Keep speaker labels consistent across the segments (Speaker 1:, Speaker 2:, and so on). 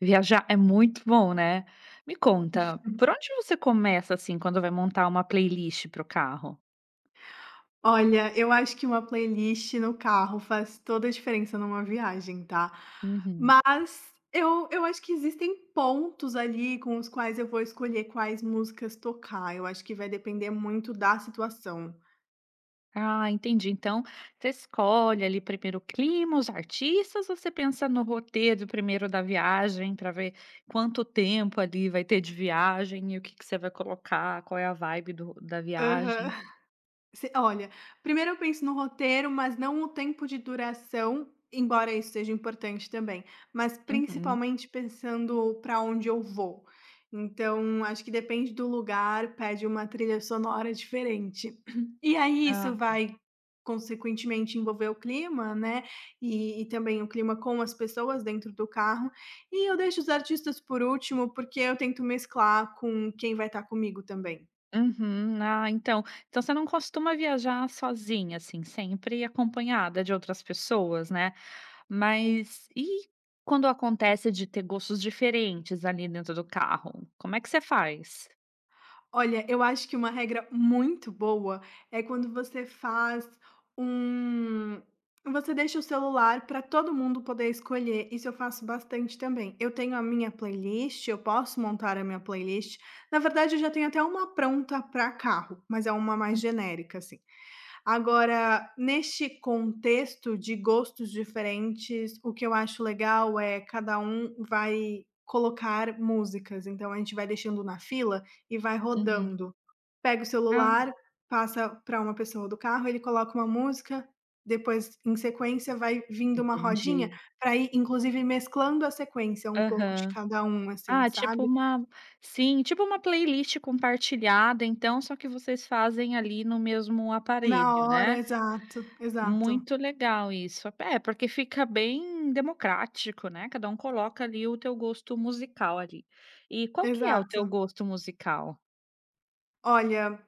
Speaker 1: Viajar é muito bom, né. Me conta, por onde você começa, assim, quando vai montar uma playlist para o carro?
Speaker 2: Olha, eu acho que uma playlist no carro faz toda a diferença numa viagem, tá?
Speaker 1: Uhum.
Speaker 2: Mas eu acho que existem pontos ali com os quais eu vou escolher quais músicas tocar. Eu acho que vai depender muito da situação.
Speaker 1: Ah, entendi. Então, você escolhe ali primeiro o clima, os artistas ou você pensa no roteiro primeiro da viagem para ver quanto tempo ali vai ter de viagem e o que que você vai colocar, qual é a vibe do da
Speaker 2: Aham.
Speaker 1: viagem?
Speaker 2: Se olha, primeiro eu penso no roteiro, mas não o tempo de duração, embora isso seja importante também, mas
Speaker 1: Uhum.
Speaker 2: principalmente pensando para onde eu vou. Então, acho que depende do lugar, pede uma trilha sonora diferente. E aí isso vai consequentemente envolver o clima, né, e também o clima com as pessoas dentro do carro. E eu deixo os artistas por último, porque eu tento mesclar com quem vai estar comigo também.
Speaker 1: Uhum. Ah, então você não costuma viajar sozinha, assim, sempre acompanhada de outras pessoas, né. Mas e quando acontece de ter gostos diferentes ali dentro do carro, como é que você faz?
Speaker 2: Olha, eu acho que uma regra muito boa é quando você faz um você deixa o celular para todo mundo poder escolher. Isso eu faço bastante também. Eu tenho a minha playlist, eu posso montar a minha playlist. Na verdade, eu já tenho até uma pronta para carro, mas é uma mais genérica assim. Agora, neste contexto de gostos diferentes, o que eu acho legal é cada um vai colocar músicas, então a gente vai deixando na fila e vai
Speaker 1: Uhum.
Speaker 2: rodando. Pega o
Speaker 1: Ah,
Speaker 2: celular, passa para uma pessoa do carro, ele coloca uma música, depois em sequência vai vindo uma rodinha
Speaker 1: entendi.
Speaker 2: para ir inclusive mesclando a sequência um pouco de
Speaker 1: Aham.
Speaker 2: cada um, assim,
Speaker 1: Ah, tipo
Speaker 2: sabe.
Speaker 1: uma sim, tipo uma playlist compartilhada então, só que vocês fazem ali no mesmo
Speaker 2: Na
Speaker 1: aparelho,
Speaker 2: hora,
Speaker 1: né?
Speaker 2: exato, exato,
Speaker 1: Muito legal isso. É, porque fica bem democrático, né, cada um coloca ali o teu gosto musical ali. E qual que é o
Speaker 2: exato.
Speaker 1: teu gosto musical?
Speaker 2: Olha,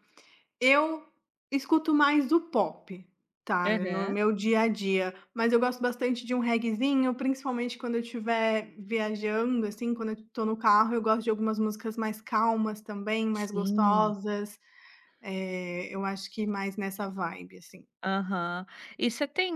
Speaker 2: eu escuto mais do pop, tá, no
Speaker 1: Aham.
Speaker 2: meu dia a dia, mas eu gosto bastante de um reguezinho, principalmente quando eu estiver viajando, assim, quando eu estou no carro, eu gosto de algumas músicas mais calmas também, mais
Speaker 1: Sim.
Speaker 2: gostosas, eu acho que mais nessa vibe, assim.
Speaker 1: Aham. E você tem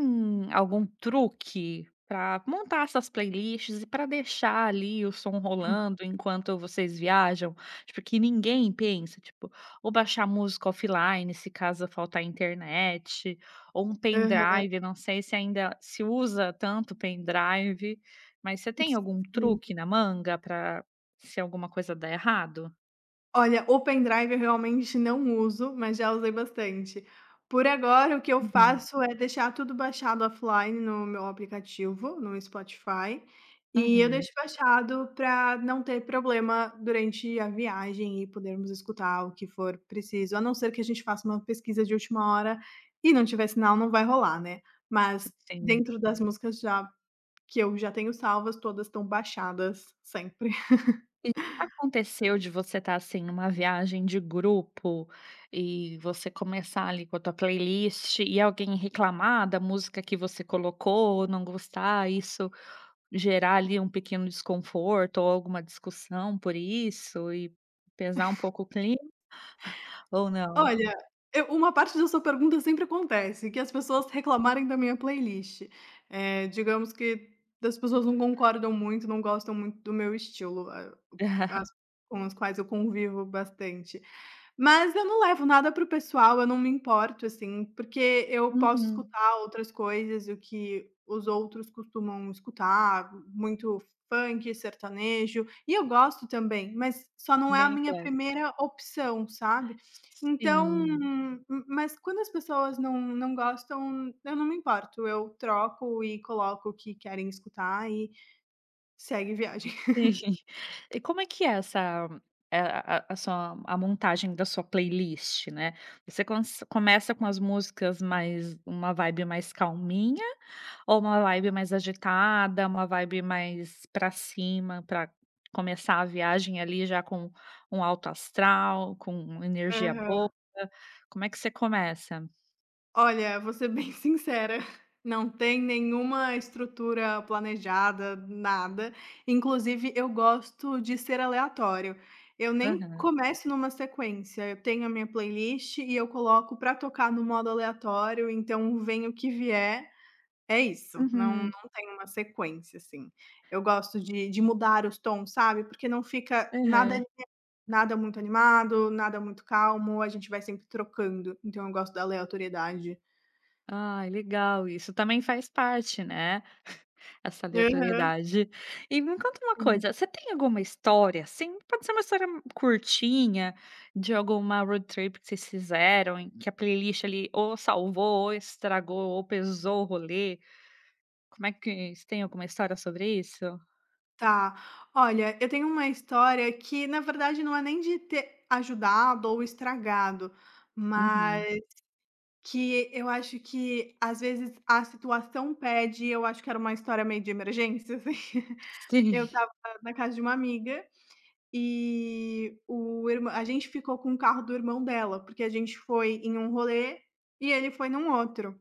Speaker 1: algum truque para montar essas playlists e para deixar ali o som rolando enquanto vocês viajam? Tipo, que ninguém pensa, tipo, ou baixar música offline, se caso faltar internet, ou um
Speaker 2: Aham.
Speaker 1: pendrive, não sei se ainda se usa tanto pendrive, mas você tem algum
Speaker 2: Sim.
Speaker 1: truque na manga para se alguma coisa der errado?
Speaker 2: Olha, o pendrive eu realmente não uso, mas já usei bastante. Por agora, o que eu
Speaker 1: Uhum.
Speaker 2: faço é deixar tudo baixado offline no meu aplicativo, no Spotify, e eu
Speaker 1: Uhum,
Speaker 2: deixo baixado para não ter problema durante a viagem e podermos escutar o que for preciso, a não ser que a gente faça uma pesquisa de última hora e não tiver sinal, não vai rolar, né. Mas
Speaker 1: sim.
Speaker 2: dentro das músicas já que eu já tenho salvas, todas estão baixadas sempre.
Speaker 1: E já aconteceu de você estar, assim, numa viagem de grupo e você começar ali com a tua playlist e alguém reclamar da música que você colocou, não gostar, isso gerar ali um pequeno desconforto ou alguma discussão por isso e pesar um pouco o clima ou não?
Speaker 2: Olha, eu uma parte da sua pergunta sempre acontece, que as pessoas reclamarem da minha playlist. Digamos que as pessoas não concordam muito, não gostam muito do meu estilo, a as com as quais eu convivo bastante. Mas eu não levo nada para o pessoal, eu não me importo, assim, porque eu posso
Speaker 1: Uhum,
Speaker 2: escutar outras coisas, o que os outros costumam escutar, muito funk, sertanejo, e eu gosto também, mas só não é a
Speaker 1: bem
Speaker 2: minha
Speaker 1: claro.
Speaker 2: primeira opção, sabe. Então
Speaker 1: Sim.
Speaker 2: mas quando as pessoas não gostam, eu não me importo, eu troco e coloco o que querem escutar e segue viagem.
Speaker 1: Sim. E como é que é essa é a sua a montagem da sua playlist, né. Você cons começa com as músicas mais uma vibe mais calminha ou uma vibe mais agitada, uma vibe mais pra cima, pra começar a viagem ali já com um alto astral, com energia boa? Como é que você começa?
Speaker 2: Olha, vou ser bem sincera, não tem nenhuma estrutura planejada, nada. Inclusive, eu gosto de ser aleatório. Eu nem
Speaker 1: Aham.
Speaker 2: começo numa sequência. Eu tenho a minha playlist e eu coloco pra tocar no modo aleatório, então vem o que vier. É isso, não
Speaker 1: Uhum.
Speaker 2: não tem uma sequência, assim. Eu gosto de mudar os tons, sabe, porque não fica nada
Speaker 1: Aham.
Speaker 2: nada muito animado, nada muito calmo, a gente vai sempre trocando, então eu gosto da aleatoriedade.
Speaker 1: Ai, legal isso. Também faz parte, né. Essa aleatoriedade. E me conta uma
Speaker 2: Sim.
Speaker 1: coisa, você tem alguma história, assim, pode ser uma história curtinha, de alguma road trip que vocês fizeram, em que a playlist ali ou salvou, ou estragou, ou pesou o rolê. Como é que você tem alguma história sobre isso?
Speaker 2: Tá. Olha, eu tenho uma história que, na verdade, não é nem de ter ajudado ou estragado, mas
Speaker 1: Uhum.
Speaker 2: que eu acho que, às vezes, a situação pede. Eu acho que era uma história meio de emergência, assim.
Speaker 1: Sim,
Speaker 2: Eu tava na casa de uma amiga e a gente ficou com o carro do irmão dela, porque a gente foi em um rolê e ele foi num outro.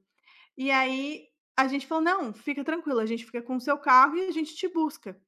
Speaker 2: E aí a gente falou: "Não, fica tranquila, a gente fica com o seu carro e a gente te busca".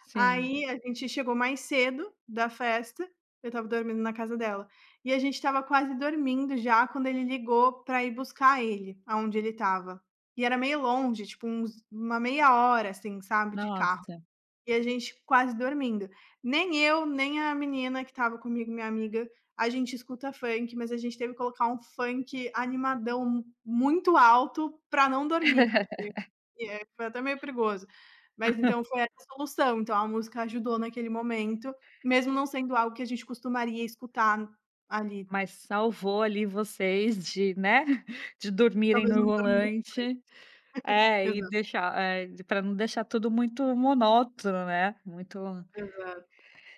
Speaker 1: sim.
Speaker 2: Aí a gente chegou mais cedo da festa, eu estava dormindo na casa dela, e a gente estava quase dormindo já quando ele ligou pra ir buscar ele, aonde ele estava. E era meio longe, tipo uns uma meia hora, assim, sabe, de carro.
Speaker 1: Nossa,
Speaker 2: E a gente quase dormindo. Nem eu, nem a menina que estava comigo, minha amiga, a gente escuta funk, mas a gente teve que colocar um funk animadão muito alto pra não dormir. E é, foi até meio perigoso. Mas então foi essa a solução, então a música ajudou naquele momento, mesmo não sendo algo que a gente costumaria escutar ali,
Speaker 1: mas salvou ali vocês de, né, de dormirem
Speaker 2: talvez
Speaker 1: no
Speaker 2: não dormindo.
Speaker 1: volante. É, e deixar, para não deixar tudo muito monótono, né, muito.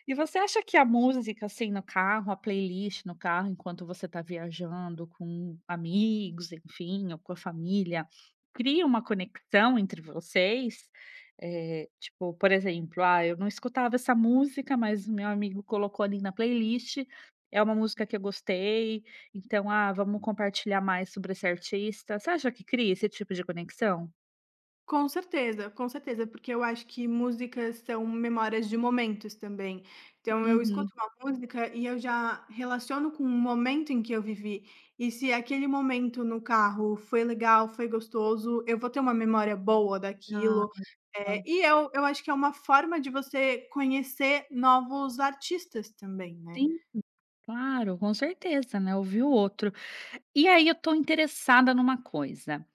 Speaker 1: E você acha que a música, assim, no carro, a playlist no carro, enquanto você está viajando com amigos, enfim, ou com a família, cria uma conexão entre vocês? Tipo, por exemplo: "Ah, eu não escutava essa música, mas o meu amigo colocou ali na playlist, é uma música que eu gostei, então, ah, vamos compartilhar mais sobre esse artista". Você acha que cria esse tipo de conexão?
Speaker 2: Com certeza, porque eu acho que músicas são memórias de momentos também. Então eu
Speaker 1: Uhum.
Speaker 2: escuto uma música e eu já relaciono com o momento em que eu vivi. E se aquele momento no carro foi legal, foi gostoso, eu vou ter uma memória boa
Speaker 1: Ah,
Speaker 2: daquilo. Eh,
Speaker 1: legal.
Speaker 2: e eu eu acho que é uma forma de você conhecer novos artistas também, né.
Speaker 1: Sim, claro, com certeza, né, ouvir o outro. E aí eu estou interessada numa coisa,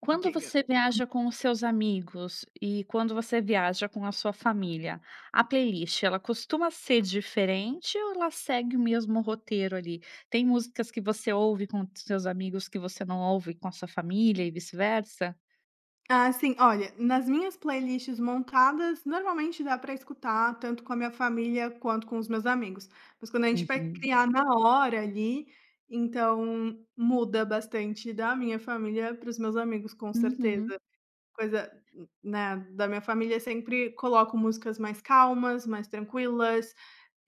Speaker 1: quando
Speaker 2: Diga.
Speaker 1: você viaja com os seus amigos e quando você viaja com a sua família, a playlist ela costuma ser diferente ou ela segue o mesmo roteiro ali? Tem músicas que você ouve com os seus amigos que você não ouve com a sua família e vice-versa?
Speaker 2: Ah, sim. Olha, nas minhas playlists montadas, normalmente dá para escutar tanto com a minha família quanto com os meus amigos. Mas quando a gente vai
Speaker 1: Uhum.
Speaker 2: criar na hora ali, então muda bastante da minha família para os meus amigos, com
Speaker 1: Uhum.
Speaker 2: certeza. Coisa, né, da minha família sempre coloco músicas mais calmas, mais tranquilas,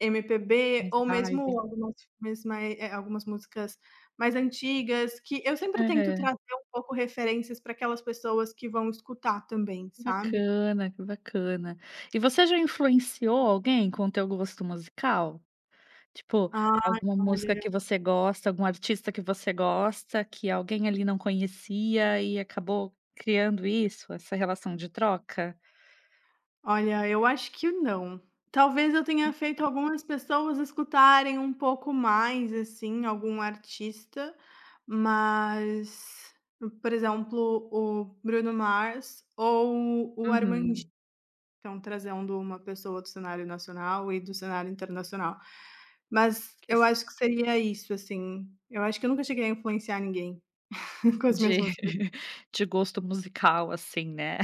Speaker 2: MPB
Speaker 1: Mais
Speaker 2: ou
Speaker 1: vibe.
Speaker 2: mesmo algumas filmes algumas músicas mais antigas, que eu sempre tento
Speaker 1: Aham.
Speaker 2: trazer um pouco referências para aquelas pessoas que vão escutar também,
Speaker 1: Que
Speaker 2: sabe.
Speaker 1: bacana, que bacana. E você já influenciou alguém com o teu gosto musical? Tipo,
Speaker 2: Ai,
Speaker 1: alguma música
Speaker 2: olha
Speaker 1: que você gosta, algum artista que você gosta, que alguém ali não conhecia e acabou criando isso, essa relação de troca?
Speaker 2: olha, eu acho que não. Talvez eu tenha feito algumas pessoas escutarem um pouco mais, assim, algum artista, mas, por exemplo, o Bruno Mars ou o Armandinho.
Speaker 1: Uhum.
Speaker 2: Então, trazendo uma pessoa do cenário nacional e do cenário internacional. Mas
Speaker 1: Que
Speaker 2: eu acho que seria isso, assim, eu acho que eu nunca cheguei a influenciar ninguém com as minhas
Speaker 1: de
Speaker 2: músicas.
Speaker 1: de gosto musical, assim, né.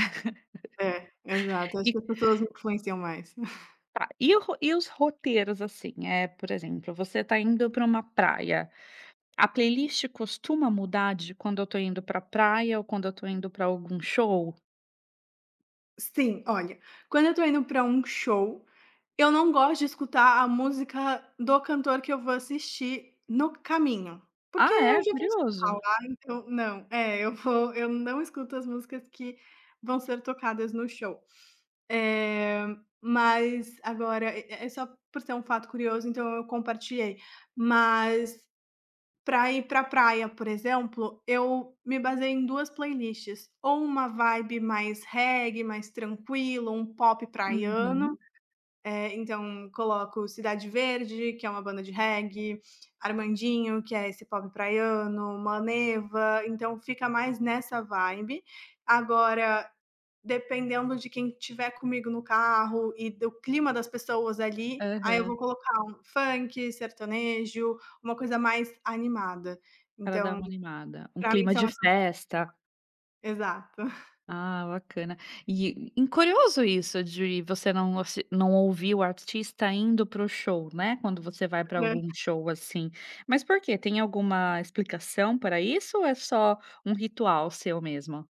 Speaker 2: É, exato, acho
Speaker 1: E
Speaker 2: que as pessoas me influenciam mais.
Speaker 1: tá, e o ro e os roteiros, assim, é por exemplo, você tá indo para uma praia, a playlist costuma mudar de quando eu tô indo pra praia ou quando eu tô indo pra algum show?
Speaker 2: Sim, olha, quando eu tô indo pra um show, eu não gosto de escutar a música do cantor que eu vou assistir no caminho, porque
Speaker 1: Ah,
Speaker 2: eu
Speaker 1: é?
Speaker 2: já vou escutar
Speaker 1: Curioso.
Speaker 2: lá, então não. É, eu não escuto as músicas que vão ser tocadas no show. Eh, mas agora é só por ser um fato curioso, então eu compartilhei. Mas para ir pra praia, por exemplo, eu me baseei em 2 playlists, ou uma vibe mais reggae, mais tranquilo, um pop praiano,
Speaker 1: Uhum.
Speaker 2: então coloco Cidade Verde, que é uma banda de reggae, Armandinho, que é esse pop praiano, Maneva, então fica mais nessa vibe. Agora, dependendo de quem tiver comigo no carro e do clima das pessoas ali, aí eu
Speaker 1: Aham.
Speaker 2: vou colocar um funk, sertanejo, uma coisa mais animada.
Speaker 1: Para dar
Speaker 2: Então,
Speaker 1: uma animada. Um
Speaker 2: pra mim
Speaker 1: clima de
Speaker 2: são essas
Speaker 1: festa.
Speaker 2: exato.
Speaker 1: Ah, bacana. E curioso isso de você não assi não ouvir o artista indo pro show, né, quando você vai para algum show, assim. Mas por quê? Tem alguma explicação para isso ou é só um ritual seu mesmo?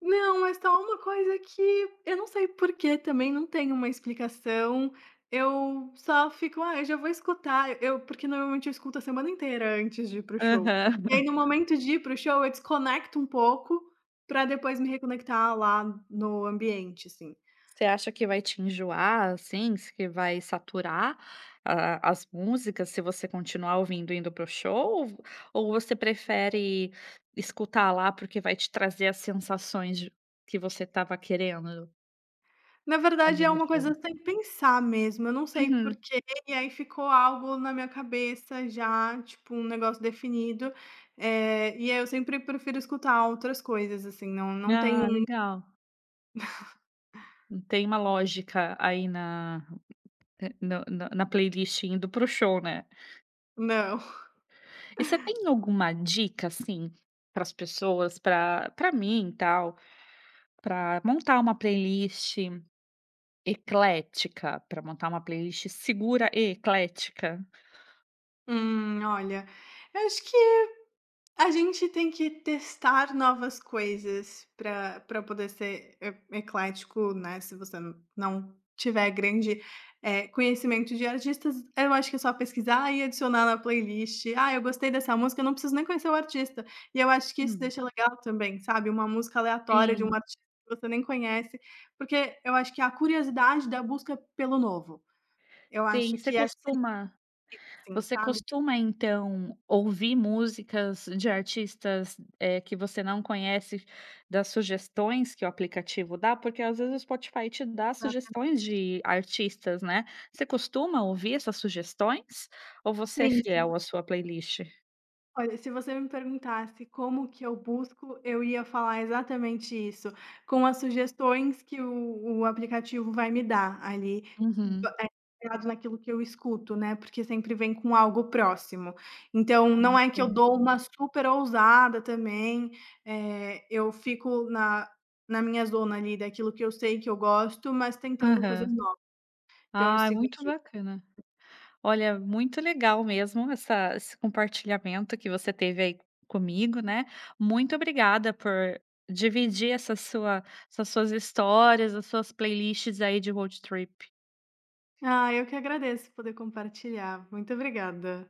Speaker 2: Não, é só uma coisa que eu não sei por que também, não tem uma explicação. Eu só fico: "Ah, eu já vou escutar", eu porque normalmente eu escuto a semana inteira antes de ir para show. E aí
Speaker 1: Aham.
Speaker 2: no momento de ir para show eu desconecto um pouco, pra depois me reconectar lá no ambiente, assim.
Speaker 1: Você acha que vai te enjoar, assim, se que vai saturar a as músicas se você continuar ouvindo indo pro show, ou você prefere escutar lá, porque vai te trazer as sensações de que você estava querendo
Speaker 2: Na verdade
Speaker 1: ali
Speaker 2: é
Speaker 1: no
Speaker 2: uma
Speaker 1: show?
Speaker 2: coisa sem pensar mesmo, eu não sei
Speaker 1: Uhum.
Speaker 2: porquê, e aí ficou algo na minha cabeça já, tipo, um negócio definido, e aí eu sempre prefiro escutar outras coisas, assim, não tem
Speaker 1: Ah,
Speaker 2: um
Speaker 1: legal. Tem uma lógica aí na no na playlist indo pro show, né.
Speaker 2: não.
Speaker 1: E você tem alguma dica, assim, para as pessoas, para mim e tal, para montar uma playlist eclética, pra montar uma playlist segura e eclética?
Speaker 2: Olha, eu acho que a gente tem que testar novas coisas para poder ser e eclético, né, se você não tiver grande, conhecimento de artistas, eu acho que é só pesquisar e adicionar na playlist. "Ah, eu gostei dessa música", eu não preciso nem conhecer o artista. E eu acho que isso
Speaker 1: Hum,
Speaker 2: deixa legal também, sabe, uma música aleatória de um
Speaker 1: sim,
Speaker 2: artista que você nem conhece, porque eu acho que é a curiosidade da busca pelo novo. Eu
Speaker 1: sim.
Speaker 2: acho que é assim,
Speaker 1: Você
Speaker 2: sabe?
Speaker 1: costuma então ouvir músicas de artistas, que você não conhece, das sugestões que o aplicativo dá? Porque às vezes o Spotify te dá sugestões de artistas, né. Você costuma ouvir essas sugestões? Ou você é
Speaker 2: Sim.
Speaker 1: fiel à sua playlist?
Speaker 2: Olha, se você me perguntasse como que eu busco, eu ia falar exatamente isso, com as sugestões que o aplicativo vai me dar ali, ba
Speaker 1: Uhum.
Speaker 2: eh, baseado naquilo que eu escuto, né, porque sempre vem com algo próximo. Então
Speaker 1: Ah,
Speaker 2: não é que eu
Speaker 1: bacana.
Speaker 2: dou uma super ousada também, eu fico na minha zona ali daquilo que eu sei que eu gosto, mas tentando coisas
Speaker 1: Aham.
Speaker 2: novas. Então eu
Speaker 1: Ah, é
Speaker 2: sigo
Speaker 1: muito
Speaker 2: esse-
Speaker 1: bacana. Olha, muito legal mesmo essa esse compartilhamento que você teve aí comigo, né. Muito obrigada por dividir essas suas histórias, as suas playlists aí de road trip.
Speaker 2: Ah, eu que agradeço poder compartilhar. Muito obrigada.